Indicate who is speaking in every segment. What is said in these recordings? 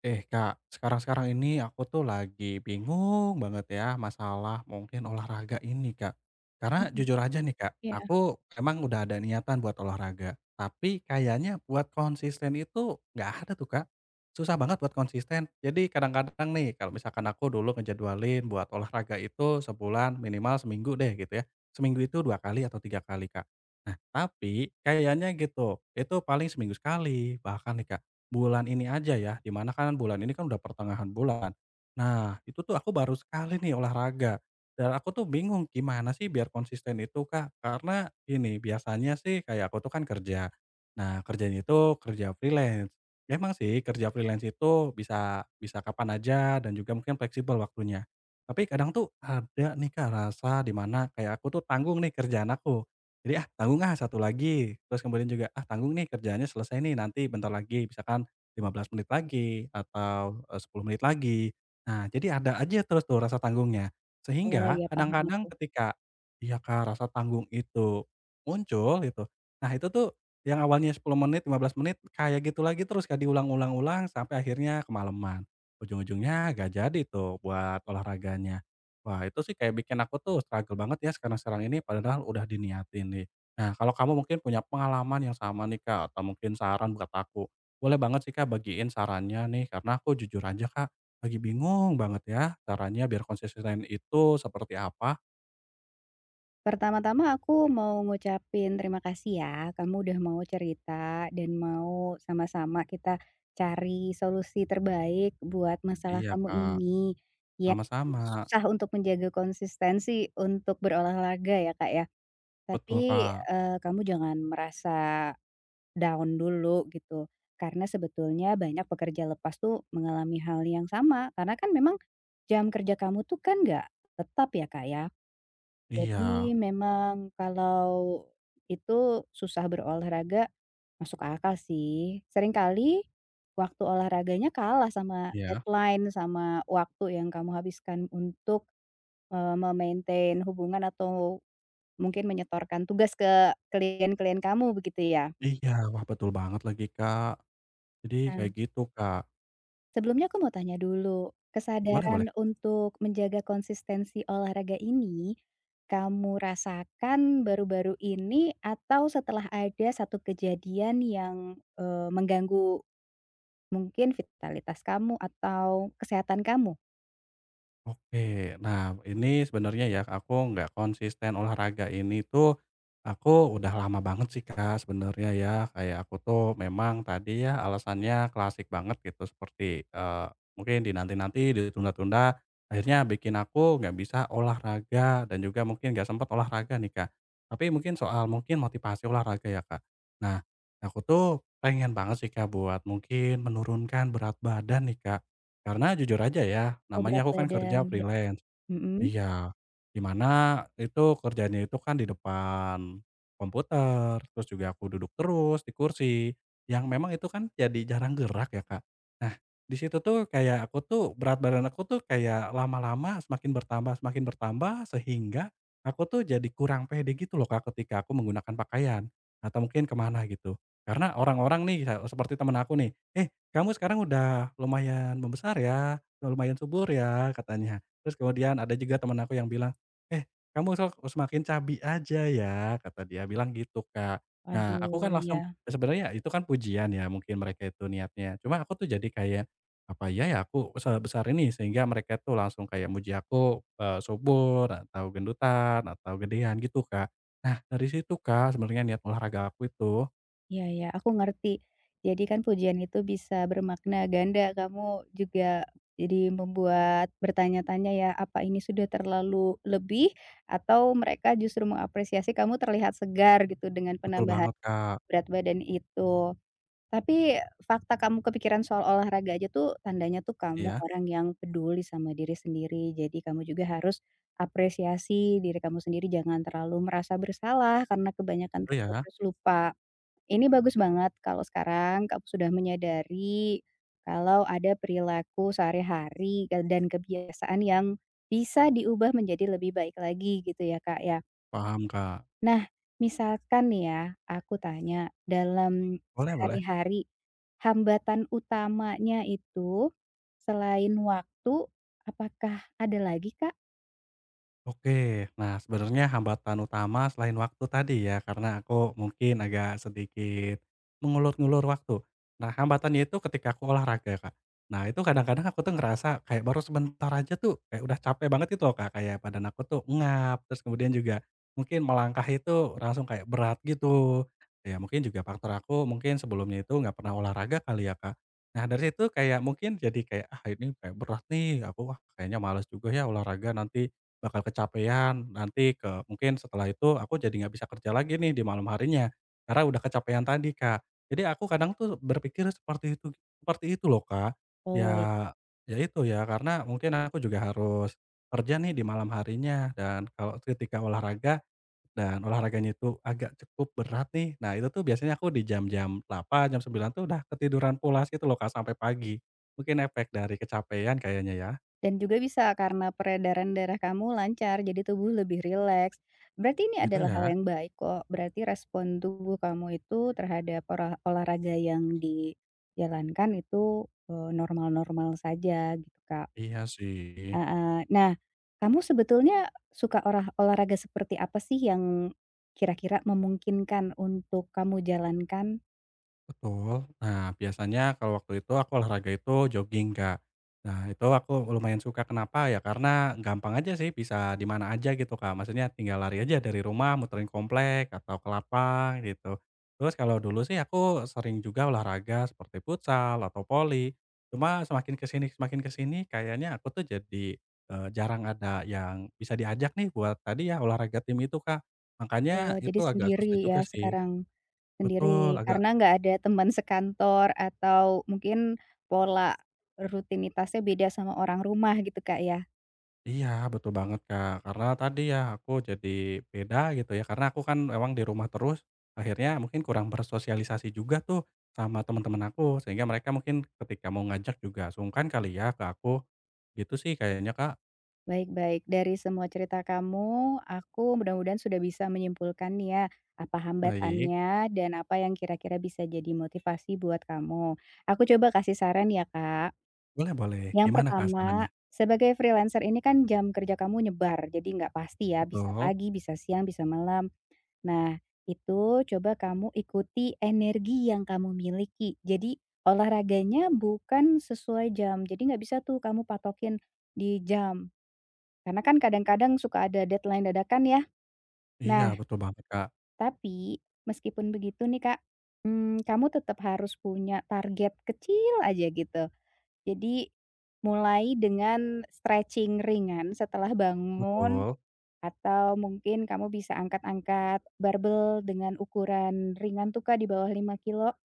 Speaker 1: Eh Kak, sekarang-sekarang ini aku tuh lagi bingung banget ya masalah mungkin olahraga ini Kak. Karena
Speaker 2: Mhm,
Speaker 1: jujur aja nih Kak,
Speaker 2: iya.
Speaker 1: aku emang udah ada niatan buat olahraga. Tapi kayaknya buat konsisten itu nggak ada tuh Kak. Susah banget buat konsisten. Jadi kadang-kadang nih kalau misalkan aku dulu ngejadwalin buat olahraga itu sebulan minimal seminggu deh gitu ya. Seminggu itu dua kali atau tiga kali Kak. Tapi kayaknya gitu, itu paling seminggu sekali, bahkan nih Kak, bulan ini aja ya, di mana kan bulan ini kan udah pertengahan bulan. Nah, itu tuh aku baru sekali nih olahraga, dan aku tuh bingung gimana sih biar konsisten itu Kak, karena ini biasanya sih kayak aku tuh kan kerja. Nah, kerjanya itu kerja freelance. Ya, Emang sih kerja freelance itu bisa bisa kapan aja dan juga mungkin fleksibel waktunya. Tapi kadang tuh ada nih Kak rasa di mana kayak aku tuh tanggung nih kerjaan aku. Jadi, "Ah, tanggung ah, satu lagi." Terus kemudian juga, "Ah, tanggung nih kerjaannya selesai nih, nanti bentar lagi." Misalkan 15 menit lagi atau, 10 menit lagi. Nah, jadi ada aja terus tuh rasa tanggungnya.
Speaker 2: Oh
Speaker 1: Sehingga
Speaker 2: ya paham
Speaker 1: kadang-kadang
Speaker 2: aku.
Speaker 1: ketika iya, Kak, rasa tanggung itu muncul gitu, nah itu tuh yang awalnya 10 menit, 15 menit kayak gitu lagi terus, Kak, diulang-ulang sampai akhirnya kemalaman. Ujung-ujungnya gak jadi tuh buat olahraganya. Wah, itu sih kayak bikin aku tuh struggle banget ya sekarang-sekarang ini padahal udah diniatin nih. Nah, kalau kamu mungkin punya pengalaman yang sama nih, Kak, atau mungkin saran buat aku, boleh banget sih, Kak, bagiin sarannya nih karena aku jujur aja, Kak, lagi bingung banget ya caranya biar konsisten itu seperti apa.
Speaker 2: Pertama-tama aku mau ngucapin terima kasih ya, kamu udah mau cerita dan mau sama-sama kita cari solusi terbaik buat masalah
Speaker 1: Iya,
Speaker 2: kamu
Speaker 1: Kak,
Speaker 2: ini, yang
Speaker 1: sama-sama.
Speaker 2: susah untuk menjaga konsistensi untuk berolahraga ya Kak ya.
Speaker 1: Betul,
Speaker 2: Tapi,
Speaker 1: Kak.
Speaker 2: kamu jangan merasa down dulu gitu, karena sebetulnya banyak pekerja lepas tuh mengalami hal yang sama, karena kan memang jam kerja kamu tuh kan nggak tetap ya, Kak, ya.
Speaker 1: Iya.
Speaker 2: Jadi memang kalau itu susah berolahraga masuk akal sih. Seringkali waktu olahraganya kalah sama
Speaker 1: Iya.
Speaker 2: deadline, sama waktu yang kamu habiskan untuk, eee, me hubungan atau mungkin menyetorkan tugas ke klien-klien kamu begitu ya?
Speaker 1: Iya, wah betul banget lagi, Kak. Jadi kayak gitu, Kak.
Speaker 2: Sebelumnya aku mau tanya dulu,
Speaker 1: Boleh boleh.
Speaker 2: kesadaran untuk menjaga konsistensi olahraga ini, kamu rasakan baru-baru ini atau setelah ada satu kejadian yang, mengganggu mungkin vitalitas kamu atau kesehatan kamu?
Speaker 1: Oke. Nah, ini sebenarnya ya, aku nggak konsisten olahraga ini tuh, aku udah lama banget sih, Kak, sebenarnya ya. Kayak aku tuh memang tadi ya alasannya klasik banget gitu, seperti, mungkin dinanti-nanti, ditunda-tunda, akhirnya bikin aku nggak bisa olahraga dan juga mungkin nggak sempet olahraga nih, Kak. Tapi mungkin soal mungkin motivasi olahraga ya, Kak. Nah, aku tuh pengen banget sih, Kak, buat mungkin menurunkan berat badan nih, Kak. Karena jujur aja ya,
Speaker 2: Oh
Speaker 1: namanya
Speaker 2: berat
Speaker 1: aku kan kerja
Speaker 2: badan, ya
Speaker 1: freelance,
Speaker 2: mhm,
Speaker 1: Iya, di mana itu kerjanya itu kan di depan komputer, terus juga aku duduk terus di kursi, yang memang itu kan jadi jarang gerak ya, Kak. Nah, di situ tuh kayak aku tuh berat badan aku tuh kayak lama-lama semakin bertambah sehingga aku tuh jadi kurang pede gitu loh, Kak, ketika aku menggunakan pakaian atau mungkin kemana gitu. Karena orang-orang nih kayak seperti teman aku nih, "Eh, kamu sekarang udah lumayan membesar ya, lumayan subur ya," katanya. Terus kemudian ada juga teman aku yang bilang, "Eh, kamu sok semakin cabi aja ya," kata dia bilang gitu, Kak. Nah, aku kan
Speaker 2: waduh, ya.
Speaker 1: langsung sebenarnya itu kan pujian ya mungkin mereka itu niatnya. Cuma aku tuh jadi kayak, apa ya ya aku sebesar ini? Sehingga mereka tuh langsung kayak muji aku, subur atau gendutan atau gedean gitu, Kak. Nah, dari situ, Kak, sebenarnya niat olahraga aku itu.
Speaker 2: Iya ya, aku ngerti. Jadi kan pujian itu bisa bermakna ganda. Kamu juga jadi membuat bertanya-tanya ya, apa ini sudah terlalu lebih atau mereka justru mengapresiasi kamu terlihat segar gitu dengan
Speaker 1: Betul
Speaker 2: penambahan
Speaker 1: banget, Kak.
Speaker 2: berat badan itu. Tapi fakta kamu kepikiran soal olahraga aja tuh tandanya tuh kamu
Speaker 1: Iya,
Speaker 2: orang yang peduli sama diri sendiri. Jadi kamu juga harus apresiasi diri kamu sendiri, jangan terlalu merasa bersalah karena kebanyakan
Speaker 1: itu
Speaker 2: kerja
Speaker 1: ya.
Speaker 2: terus lupa ini bagus banget kalau sekarang kamu sudah menyadari kalau ada perilaku sehari-hari ke dan kebiasaan yang bisa diubah menjadi lebih baik lagi gitu ya, Kak, ya.
Speaker 1: Paham, Kak.
Speaker 2: Nah, misalkan nih ya, aku tanya, dalam
Speaker 1: Boleh boleh.
Speaker 2: sehari-hari, hambatan utamanya itu selain waktu, apakah ada lagi, Kak?
Speaker 1: Oke. Nah, sebenarnya hambatan utama selain waktu tadi ya, karena aku mungkin agak sedikit mengulur-ngulur waktu. Nah, hambatannya itu ketika aku olahraga, Kak. Nah, itu kadang-kadang aku tuh ngerasa kayak baru sebentar aja tuh kayak udah capek banget gitu loh, Kak, kayak badan aku tuh ngap, terus kemudian juga mungkin melangkah itu langsung kayak berat gitu. Ya mungkin juga faktor aku mungkin sebelumnya itu nggak pernah olahraga kali ya, Kak. Nah, dari situ kayak mungkin jadi kayak, "Ah, ini kayak berat nih, aku, wah kayaknya males juga ya olahraga nanti." Bakal kecapean, nanti mungkin setelah itu aku jadi nggak bisa kerja lagi nih di malam harinya, karena udah kecapean tadi, Kak. Jadi aku kadang tuh berpikir seperti itu loh, Kak. Ya
Speaker 2: Oh, ya.
Speaker 1: ya itu ya, karena mungkin aku juga harus kerja nih di malam harinya dan kalau ketika olahraga dan olahraganya itu agak cukup berat nih, nah itu tuh biasanya aku di jam-jam 8 jam 9 tuh udah ketiduran pulas gitu loh, Kak, sampai pagi. Mungkin efek dari kecapean kayaknya ya,
Speaker 2: Dan juga bisa karena peredaran darah kamu lancar, jadi tubuh lebih rileks. Berarti ini
Speaker 1: gitu
Speaker 2: adalah hal
Speaker 1: ya?
Speaker 2: yang baik kok, berarti respon tubuh kamu itu terhadap olahraga yang dijalankan itu, normal-normal saja gitu, Kak.
Speaker 1: Iya sih.
Speaker 2: Heeh. Nah, kamu sebetulnya suka olahraga seperti apa sih yang kira-kira memungkinkan untuk kamu jalankan?
Speaker 1: Betul. Nah, biasanya kalau waktu itu aku olahraga itu jogging, Kak. Nah, itu aku lumayan suka, kenapa ya, karena gampang aja sih, bisa di mana aja gitu, Kak. Maksudnya tinggal lari aja dari rumah, muterin komplek atau ke lapang gitu. Terus kalau dulu sih aku sering juga olahraga seperti futsal atau voli. Cuma semakin ke sini kayaknya aku tuh jadi, jarang ada yang bisa diajak nih buat tadi ya olahraga tim itu, Kak. Makanya
Speaker 2: Oh,
Speaker 1: itu
Speaker 2: jadi
Speaker 1: agak susah
Speaker 2: sendiri ya
Speaker 1: juga sih
Speaker 2: sekarang?
Speaker 1: betul,
Speaker 2: Sendiri,
Speaker 1: agak
Speaker 2: karena nggak ada teman sekantor atau mungkin pola rutinitasnya beda sama orang rumah gitu, Kak, ya.
Speaker 1: Iya, betul banget, Kak. Karena tadi ya aku jadi beda gitu ya, karena aku kan memang di rumah terus, akhirnya mungkin kurang bersosialisasi juga tuh sama teman-teman aku, sehingga mereka mungkin ketika mau ngajak juga sungkan kali ya ke aku. Gitu sih kayaknya, Kak.
Speaker 2: Baik baik, dari semua cerita kamu, aku mudah-mudahan sudah bisa menyimpulkan nih ya, apa
Speaker 1: Baik,
Speaker 2: hambatannya dan apa yang kira-kira bisa jadi motivasi buat kamu. Aku coba kasih saran ya, Kak.
Speaker 1: boleh boleh.
Speaker 2: Yang
Speaker 1: Gimana, Kak,
Speaker 2: pertama,
Speaker 1: sarannya?
Speaker 2: sebagai freelancer ini kan jam kerja kamu nyebar, jadi nggak pasti ya, bisa
Speaker 1: Betul?
Speaker 2: pagi, bisa siang, bisa malam. Nah, itu coba kamu ikuti energi yang kamu miliki. Jadi, olahraganya bukan sesuai jam. Jadi nggak bisa tuh kamu patokin di jam. Karena kan kadang-kadang suka ada deadline dadakan ya.
Speaker 1: Iya,
Speaker 2: Nah,
Speaker 1: betul banget, Kak.
Speaker 2: tapi meskipun begitu nih Kak, kamu tetap harus punya target kecil aja gitu. Jadi, mulai dengan stretching ringan setelah bangun
Speaker 1: Betul.
Speaker 2: atau mungkin kamu bisa angkat-angkat barbel dengan ukuran ringan tuh, Kak, di bawah 5 kilo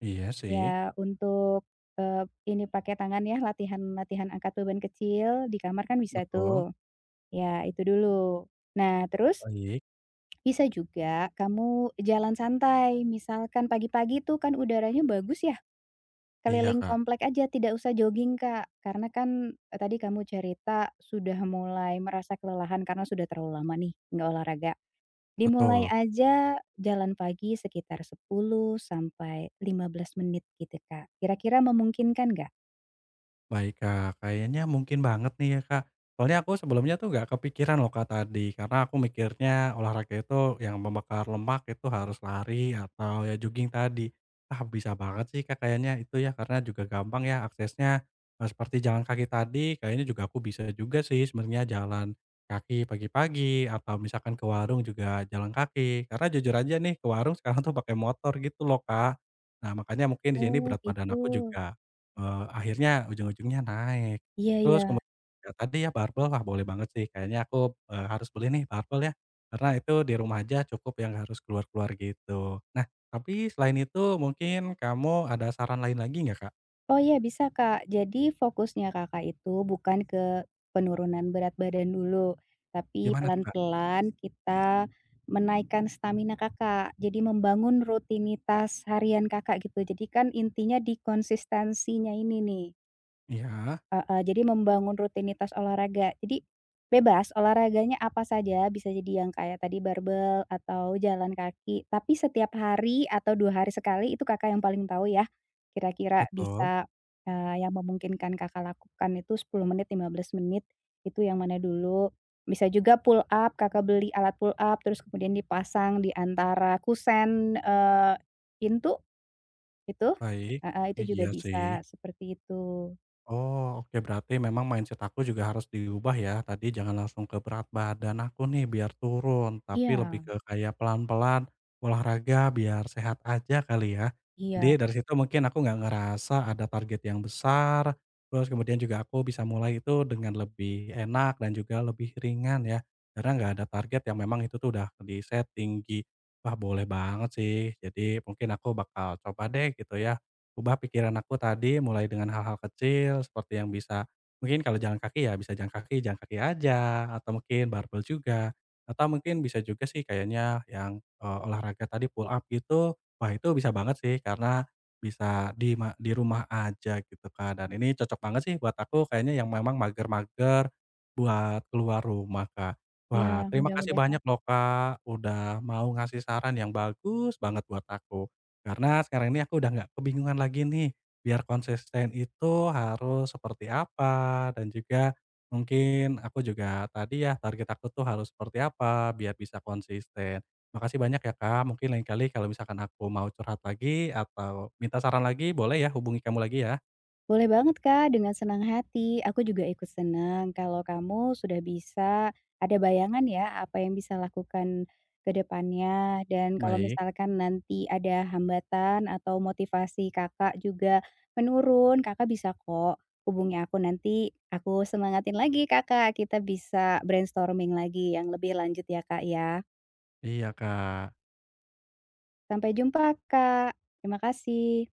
Speaker 1: Iya sih.
Speaker 2: ya untuk, ini pakai tangan ya, latihan-latihan angkat beban kecil di kamar kan bisa
Speaker 1: Betul.
Speaker 2: tuh. Ya itu dulu. Nah terus
Speaker 1: Baik.
Speaker 2: bisa juga kamu jalan santai, misalkan pagi-pagi tuh kan udaranya bagus ya,
Speaker 1: Iya,
Speaker 2: keliling
Speaker 1: Kak.
Speaker 2: komplek aja tidak usah jogging, Kak. Karena kan, tadi kamu cerita sudah mulai merasa kelelahan karena sudah terlalu lama nih nggak olahraga. Dimulai
Speaker 1: Betul.
Speaker 2: aja jalan pagi sekitar 10 sampai 15 menit gitu, Kak. Kira-kira memungkinkan nggak?
Speaker 1: Baik, Kak. Kayaknya mungkin banget nih ya, Kak. Soalnya aku sebelumnya tuh gak kepikiran loh, Kak, tadi. Karena aku mikirnya olahraga itu yang membakar lemak itu harus lari atau ya jogging tadi. Ah, bisa banget sih, Kak, kayaknya itu ya karena juga gampang ya aksesnya, seperti jalan kaki tadi kayaknya juga aku bisa juga sih sebenarnya jalan kaki pagi-pagi atau misalkan ke warung juga jalan kaki. Karena jujur aja nih ke warung sekarang tuh pakai motor gitu loh, Kak. Nah, makanya mungkin di sini
Speaker 2: Oh,
Speaker 1: berat badan
Speaker 2: gitu.
Speaker 1: aku juga akhirnya ujung-ujungnya naik.
Speaker 2: Iya
Speaker 1: Terus
Speaker 2: iya.
Speaker 1: ya tadi ya barbel, wah boleh banget sih kayaknya aku, harus beli nih barbel ya, karena itu di rumah aja cukup yang harus keluar-keluar gitu. Nah, tapi selain itu mungkin kamu ada saran lain lagi nggak, Kak?
Speaker 2: Oh iya, bisa, Kak. Jadi fokusnya Kakak itu bukan ke penurunan berat badan dulu, tapi
Speaker 1: Gimana tuh, Kak?
Speaker 2: pelan-pelan kita menaikkan stamina Kakak. Jadi membangun rutinitas harian Kakak gitu. Jadi kan intinya di konsistensinya ini nih.
Speaker 1: Iya,
Speaker 2: Heeh, jadi membangun rutinitas olahraga. Jadi bebas, olahraganya apa saja, bisa jadi yang kayak tadi barbel atau jalan kaki, tapi setiap hari atau 2 hari sekali itu Kakak yang paling tahu ya, kira-kira
Speaker 1: betul,
Speaker 2: bisa, yang memungkinkan Kakak lakukan itu 10 menit, 15 menit, itu yang mana dulu. Bisa juga pull up, Kakak beli alat pull up, terus kemudian dipasang di antara kusen, pintu, itu.
Speaker 1: baik.
Speaker 2: Heeh, itu juga
Speaker 1: Iya sih.
Speaker 2: bisa, seperti itu.
Speaker 1: Oh, oke berarti memang mindset aku juga harus diubah ya. Tadi jangan langsung ke berat badan aku nih biar turun, tapi lebih
Speaker 2: Iya
Speaker 1: ke kayak pelan-pelan olahraga biar sehat aja kali ya. Jadi
Speaker 2: iya.
Speaker 1: dari situ mungkin aku nggak ngerasa ada target yang besar, terus kemudian juga aku bisa mulai itu dengan lebih enak dan juga lebih ringan ya. Karena nggak ada target yang memang itu tuh udah di set tinggi. Wah boleh banget sih. Jadi mungkin aku bakal coba deh gitu ya ubah pikiran aku tadi mulai dengan hal-hal kecil seperti yang bisa mungkin kalau jalan kaki ya bisa jalan kaki aja atau mungkin barbel juga atau mungkin bisa juga sih kayaknya yang, olahraga tadi pull up gitu, wah itu bisa banget sih karena bisa di rumah aja gitu kan dan ini cocok banget sih buat aku kayaknya yang memang mager-mager buat keluar rumah Kak.
Speaker 2: Iya,
Speaker 1: Wah terima kasih
Speaker 2: mudah-mudahan.
Speaker 1: banyak loh Kak, udah mau ngasih saran yang bagus banget buat aku. Karena sekarang ini aku udah nggak kebingungan lagi nih, biar konsisten itu harus seperti apa, dan juga mungkin aku juga tadi ya, target aku tuh harus seperti apa, biar bisa konsisten. Makasih banyak ya Kak, mungkin lain kali kalau misalkan aku mau curhat lagi atau minta saran lagi, boleh ya hubungi kamu lagi ya?
Speaker 2: Boleh banget, Kak, dengan senang hati. Aku juga ikut senang kalau kamu sudah bisa ada bayangan ya, apa yang bisa lakukan ke depannya. Dan kalau
Speaker 1: Baik.
Speaker 2: misalkan nanti ada hambatan atau motivasi Kakak juga menurun, Kakak bisa kok hubungi aku nanti aku semangatin lagi Kakak, kita bisa brainstorming lagi yang lebih lanjut ya, Kak, ya.
Speaker 1: Iya Kak.
Speaker 2: Sampai jumpa, Kak. Terima kasih.